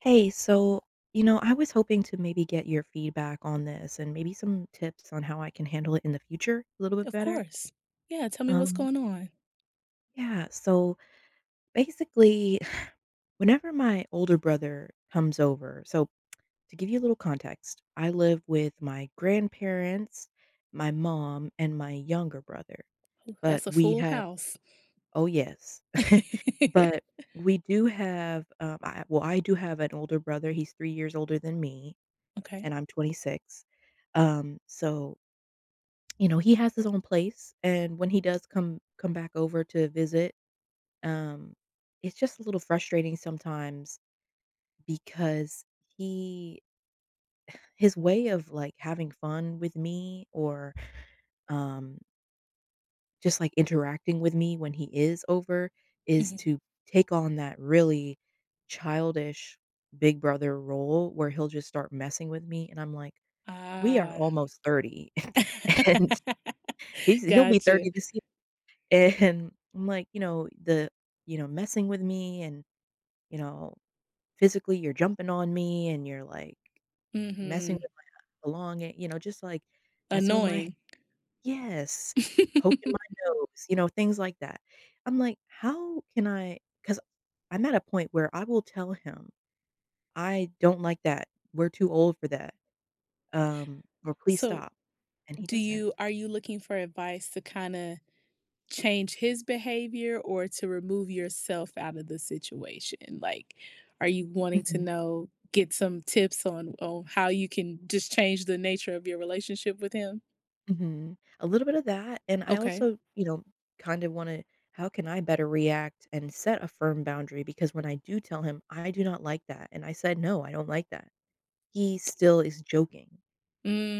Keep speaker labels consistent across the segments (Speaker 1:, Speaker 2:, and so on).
Speaker 1: Hey, so, I was hoping to maybe get your feedback on this and maybe some tips on how I can handle it in the future a little bit
Speaker 2: Of
Speaker 1: better.
Speaker 2: course. Yeah, tell me what's
Speaker 1: Um,
Speaker 2: going on.
Speaker 1: yeah, so basically, whenever my older brother comes over, so to give you a little context, I live with my grandparents, my mom, and my younger brother. But
Speaker 2: That's a
Speaker 1: we
Speaker 2: full
Speaker 1: have,
Speaker 2: house.
Speaker 1: oh, yes, but we do have, well, I do have an older brother. He's 3 years older than me,
Speaker 2: Okay.
Speaker 1: and I'm 26. Um, so, he has his own place, and when he does come back over to visit, um, it's just a little frustrating sometimes because he his way of, like, having fun with me, or, um, just, like, interacting with me when he is over is
Speaker 2: Mhm.
Speaker 1: to take on that really childish big brother role where he'll just start messing with me, and I'm like, "We are
Speaker 2: Ah.
Speaker 1: almost 30." and He's he'll be 30
Speaker 2: Gotcha.
Speaker 1: this year, and I'm like, messing with me, and, you know, physically, you're jumping on me, and you're, like, messing
Speaker 2: Mhm.
Speaker 1: with my belonging, just, like, messing with my
Speaker 2: Annoying.
Speaker 1: yes, poking my nose, things like that. I'm like, "How can I? Because I—" 'cause I'm at a point where I will tell him, "I don't like that. We're too old for that, or please
Speaker 2: So,
Speaker 1: stop," and he
Speaker 2: do
Speaker 1: doesn't.
Speaker 2: you are you looking for advice to kinda change his behavior or to remove yourself out of the situation? Like, are you wanting to know get some tips on how you can just change the nature of your relationship with him?
Speaker 1: Mhm. A little bit of that, and I
Speaker 2: Okay.
Speaker 1: also, kinda wanna how can I better react and set a firm boundary? Because when I do tell him, "I do not like that," and I said, "No, I don't like that," he still is joking,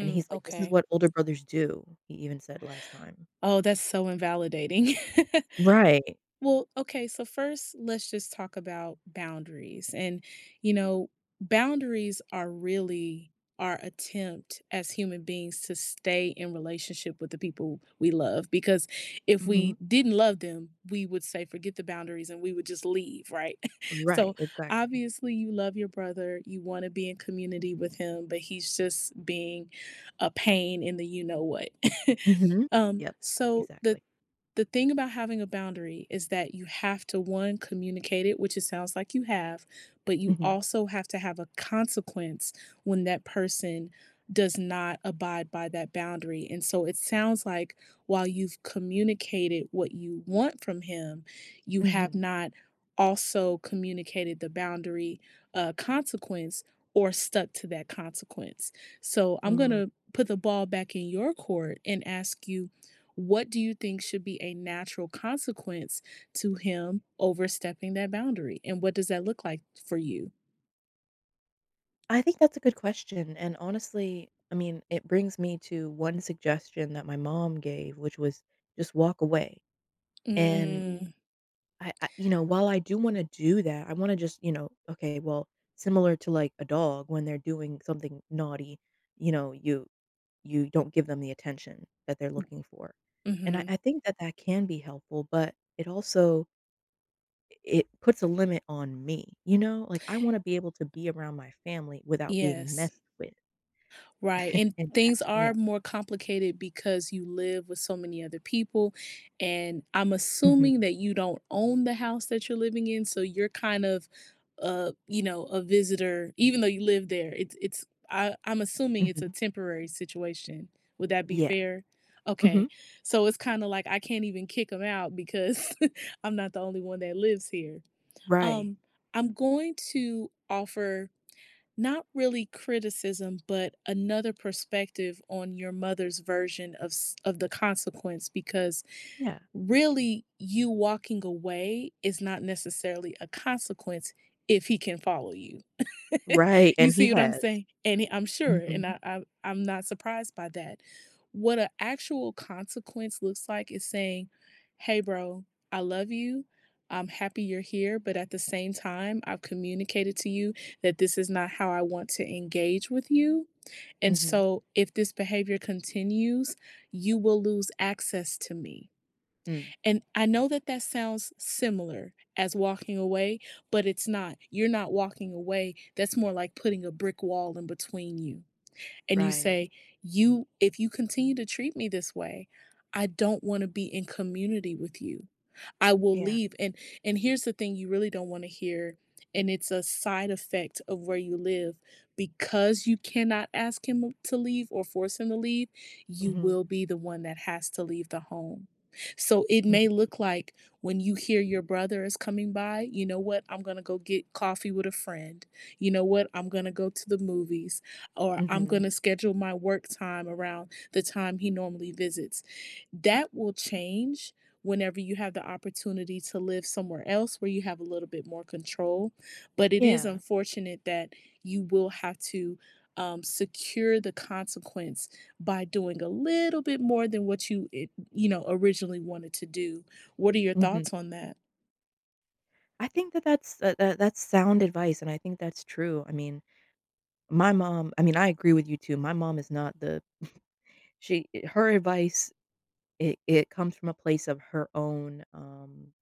Speaker 1: and he's like, "This is
Speaker 2: okay.
Speaker 1: what older brothers do," he even said last time.
Speaker 2: Oh, that's so invalidating.
Speaker 1: Right.
Speaker 2: Well, okay, so first, let's just talk about boundaries. And, you know, boundaries are really our attempt as human beings to stay in relationship with the people we love. Because if we
Speaker 1: Mhm.
Speaker 2: didn't love them, we would say, forget the boundaries and we would just leave, right?
Speaker 1: Right,
Speaker 2: So
Speaker 1: exactly.
Speaker 2: obviously, you love your brother, you want to be in community with him, but he's just being a pain in the you know what.
Speaker 1: Mhm.
Speaker 2: Um,
Speaker 1: Yep,
Speaker 2: so the
Speaker 1: exactly.
Speaker 2: thing about having a boundary is that you have to, one, communicate it, which it sounds like you have, but you
Speaker 1: Mhm.
Speaker 2: also have to have a consequence when that person does not abide by that boundary. And so it sounds like while you've communicated what you want from him, you have
Speaker 1: Mhm.
Speaker 2: not also communicated the boundary consequence or stuck to that consequence. So I'm going
Speaker 1: Mm.
Speaker 2: to put the ball back in your court and ask you what do you think should be a natural consequence to him overstepping that boundary? And what does that look like for you?
Speaker 1: I think that's a good question, and honestly, I mean, it brings me to one suggestion that my mom gave, which was just walk away, and
Speaker 2: Mm,
Speaker 1: while I do wanna do that, I wanna just, okay, well, similar to, like, a dog when they're doing something naughty, you know, you you don't give them the attention that they're looking for, and I
Speaker 2: mhm.
Speaker 1: I think that that can be helpful, but it also it puts a limit on me, you know? Like, I wanna be able to be around my family without being
Speaker 2: Yes.
Speaker 1: messed with.
Speaker 2: Right, and
Speaker 1: And ha
Speaker 2: things
Speaker 1: yeah.
Speaker 2: are more complicated because you live with so many other people, and I'm
Speaker 1: Mhm,
Speaker 2: assuming that you don't own the house that you're living in, so you're kind of, you know, a visitor, even though you live there. It's I, I'm assuming it's a
Speaker 1: mhm.
Speaker 2: temporary situation. Would that be
Speaker 1: Yeah.
Speaker 2: fair? Okay,
Speaker 1: Mhm.
Speaker 2: so it's kind of like I can't even kick them out because I'm not the only one that lives here.
Speaker 1: Right.
Speaker 2: Um, I'm going to offer not really criticism, but another perspective on your mother's version of s of the consequence because
Speaker 1: Yeah.
Speaker 2: really you walking away is not necessarily a consequence if he can follow you.
Speaker 1: Right,
Speaker 2: You
Speaker 1: and he
Speaker 2: see what I'm
Speaker 1: has.
Speaker 2: saying? And I'm sure, and
Speaker 1: Mhm,
Speaker 2: I'm not surprised by that. What an actual consequence looks like is saying, "Hey, bro, I love you. I'm happy you're here, but at the same time, I've communicated to you that this is not how I want to engage with you. And
Speaker 1: mhm,
Speaker 2: so, if this behavior continues, you will lose access to me."
Speaker 1: mm.
Speaker 2: And I know that that sounds similar as walking away, but it's not. You're not walking away. That's more like putting a brick wall in between you. And you
Speaker 1: Right.
Speaker 2: say, "You if you continue to treat me this way, I don't want to be in community with you. I will
Speaker 1: Yeah.
Speaker 2: leave. And here's the thing you really don't want to hear, and it's a side effect of where you live. Because you cannot ask him to leave or force him to leave, you
Speaker 1: Mhm,
Speaker 2: will be the one that has to leave the home." So it
Speaker 1: mhm,
Speaker 2: may look like when you hear your brother is coming by, you know what? I'm going to go get coffee with a friend. You know what? I'm going to go to the movies or I'm
Speaker 1: mhm.
Speaker 2: going to schedule my work time around the time he normally visits. That will change whenever you have the opportunity to live somewhere else where you have a little bit more control. But it is
Speaker 1: Yeah.
Speaker 2: unfortunate that you will have to secure the consequence by doing a little bit more than what you you know originally wanted to do. What are your
Speaker 1: Mhm.
Speaker 2: thoughts on that?
Speaker 1: I think that that's that that that's sound advice, and I think that's true. I mean, my mom I mean, I agree with you too. My mom is not the she her advice, it comes from a place of her own,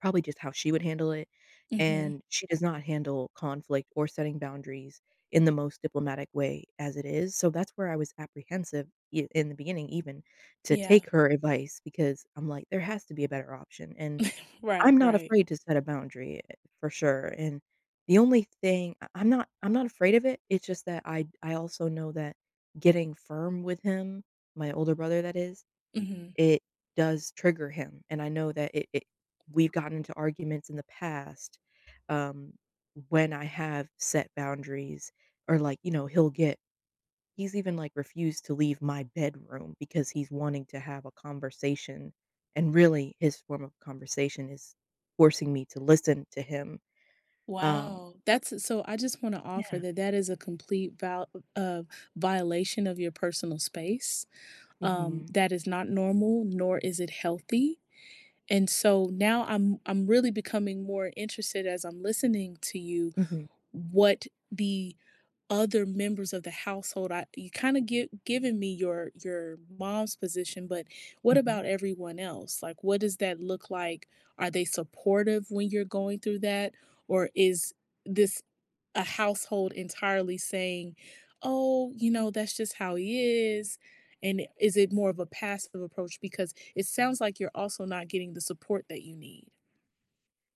Speaker 1: probably just how she would handle it,
Speaker 2: Hmm.
Speaker 1: and she does not handle conflict or setting boundaries in the most diplomatic way as it is, so that's where I was apprehensive I in the beginning even to
Speaker 2: Yeah.
Speaker 1: take her advice, because I'm like, "There has to be a better option," and
Speaker 2: Right.
Speaker 1: I'm not
Speaker 2: Right.
Speaker 1: afraid to set a boundary, for sure, and the only thing I'm not afraid of it, it's just that I also know that getting firm with him- my older brother, that is-
Speaker 2: Hmm.
Speaker 1: it does trigger him, and I know that it we've gotten into arguments in the past, um, when I have set boundaries, or, like, you know, he's even, like, refused to leave my bedroom because he's wanting to have a conversation, and really his form of conversation is forcing me to listen to him, um
Speaker 2: Wow, that's so I just wanna offer
Speaker 1: yeah.
Speaker 2: that that is a complete val uh, violation of your personal space.
Speaker 1: Mhm.
Speaker 2: That is not normal, nor is it healthy, and so now I'm really becoming more interested as I'm listening to you,
Speaker 1: Mhm.
Speaker 2: what the other members of the household I you kind of give giving me your mom's position, but what
Speaker 1: Mhm.
Speaker 2: about everyone else? Like, what does that look like? Are they supportive when you're going through that, or is this a household entirely saying, oh, you know, that's just how he is, and is it more of a passive approach? Because it sounds like you're also not getting the support that you need.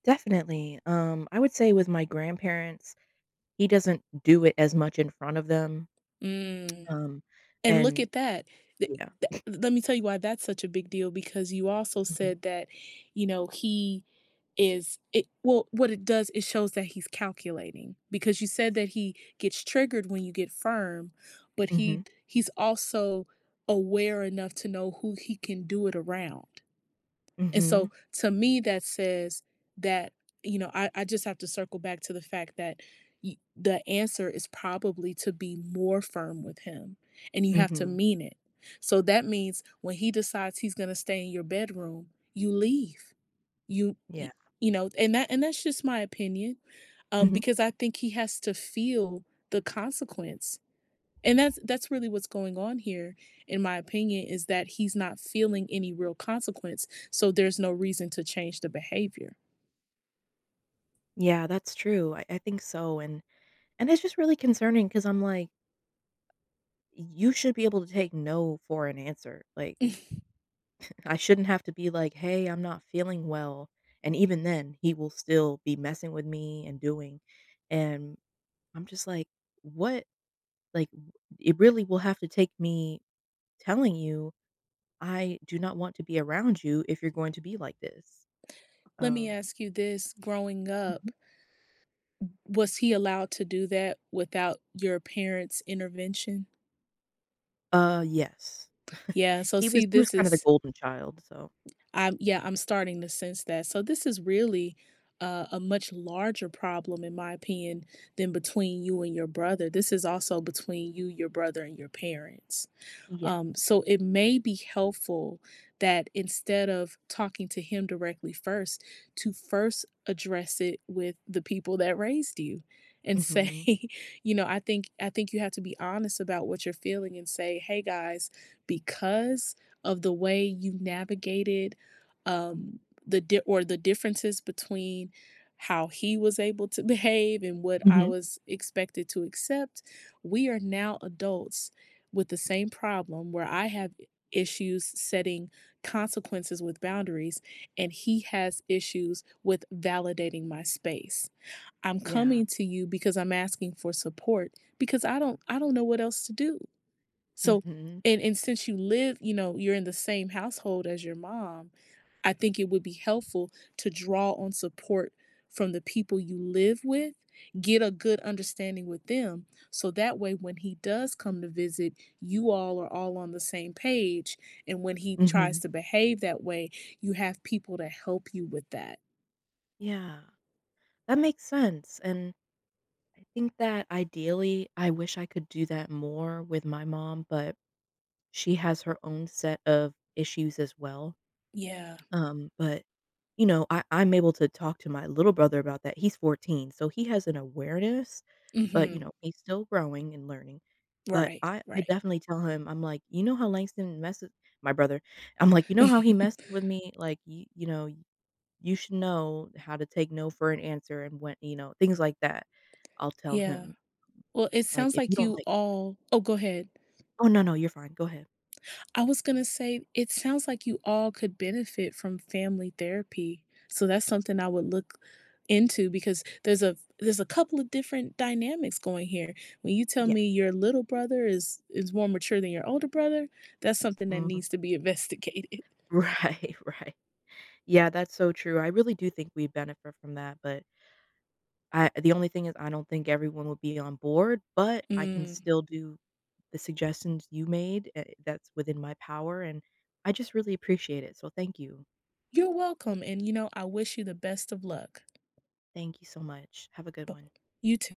Speaker 1: Definitely, I would say with my grandparents, he doesn't do it as much in front of them.
Speaker 2: Mm.
Speaker 1: Um,
Speaker 2: And look
Speaker 1: and
Speaker 2: at that. Th-
Speaker 1: yeah.
Speaker 2: Let me tell you why that's such a big deal, because you also
Speaker 1: Yeah. Mhm.
Speaker 2: said that, you know, he is it well what it does it shows that he's calculating, because you said that he gets triggered when you get firm, but
Speaker 1: Mhm.
Speaker 2: he's also aware enough to know who he can do it around. And so
Speaker 1: Mhm.
Speaker 2: to me, that says that, you know, I just have to circle back to the fact that the answer is probably to be more firm with him, and you have to
Speaker 1: Mhm.
Speaker 2: mean it. So that means when he decides he's going to stay in your bedroom, you leave. You,
Speaker 1: Yeah.
Speaker 2: you know, and that, and that's just my opinion.
Speaker 1: Mhm.
Speaker 2: Because I think he has to feel the consequence, and that's really what's going on here, in my opinion, is that he's not feeling any real consequence, so there's no reason to change the behavior.
Speaker 1: Yeah, that's true. I think so, and it's just really concerning because 'cause I'm like, you should be able to take no for an answer. Like, I shouldn't have to be like, "Hey, I'm not feeling well," and even then, he will still be messing with me and doing, and I'm just like, "What?" Like, w it really will have to take me telling you, "I do not want to be around you if you're going to be like this."
Speaker 2: Let me
Speaker 1: Um
Speaker 2: ask you this, growing up,
Speaker 1: Mhm.
Speaker 2: was he allowed to do that without your parents' intervention?
Speaker 1: Yes.
Speaker 2: Yeah, so
Speaker 1: He was
Speaker 2: see
Speaker 1: he was
Speaker 2: this
Speaker 1: kind of the
Speaker 2: is
Speaker 1: golden child, so.
Speaker 2: I'm yeah, I'm starting to sense that. So this is really a much larger problem in my opinion than between you and your brother. This is also between you, your brother, and your parents.
Speaker 1: Yes.
Speaker 2: So it may be helpful that instead of talking to him directly first, to first address it with the people that raised you and say,
Speaker 1: Mhm.
Speaker 2: you know, I think you have to be honest about what you're feeling and say, hey guys, because of the way you navigated um, the di- or the differences between how he was able to behave and what I
Speaker 1: Mhm.
Speaker 2: was expected to accept, we are now adults with the same problem, where I have issues setting consequences with boundaries, and he has issues with validating my space. I'm
Speaker 1: Yeah.
Speaker 2: coming to you because I'm asking for support because I don't know what else to do. So
Speaker 1: Mhm.
Speaker 2: and since you live, you know, you're in the same household as your mom, I think it would be helpful to draw on support from the people you live with, get a good understanding with them. So that way, when he does come to visit, you all are all on the same page. And when he tries
Speaker 1: Mhm.
Speaker 2: to behave that way, you have people to help you with that.
Speaker 1: Yeah. That makes sense, and I think that ideally, I wish I could do that more with my mom, but she has her own set of issues as well.
Speaker 2: Yeah.
Speaker 1: But, I'm able to talk to my little brother about that. He's 14, so he has an awareness, but, you
Speaker 2: Hmm.
Speaker 1: know, he's still growing and learning. But
Speaker 2: Right.
Speaker 1: I
Speaker 2: Right.
Speaker 1: definitely tell him, I'm like, "You know how Langston messes—" my brother, I'm like, "You know how he messes with me? Like, you should know how to take no for an answer, and when—" things like that. I'll tell
Speaker 2: Yeah.
Speaker 1: him,
Speaker 2: Well, it
Speaker 1: like,
Speaker 2: sounds
Speaker 1: "If you
Speaker 2: like you
Speaker 1: don't like—"
Speaker 2: all. Oh, go ahead.
Speaker 1: "Oh, no, no, you're fine. Go ahead."
Speaker 2: I was gonna say, it sounds like you all could benefit from family therapy. So that's something I would look into because there's a couple of different dynamics going here. When you tell
Speaker 1: Yeah.
Speaker 2: me your little brother is more mature than your older brother, that's something that
Speaker 1: Mhm.
Speaker 2: needs to be investigated.
Speaker 1: Right, right. Yeah, that's so true. I really do think we benefit from that, but I the only thing is I don't think everyone will be on board, but I can
Speaker 2: Mm.
Speaker 1: still do the suggestions you made, that's within my power, and I just really appreciate it, so thank you.
Speaker 2: You're welcome, and you know, I wish you the best of luck.
Speaker 1: Thank you so much. Have a good
Speaker 2: Bu
Speaker 1: one.
Speaker 2: You too.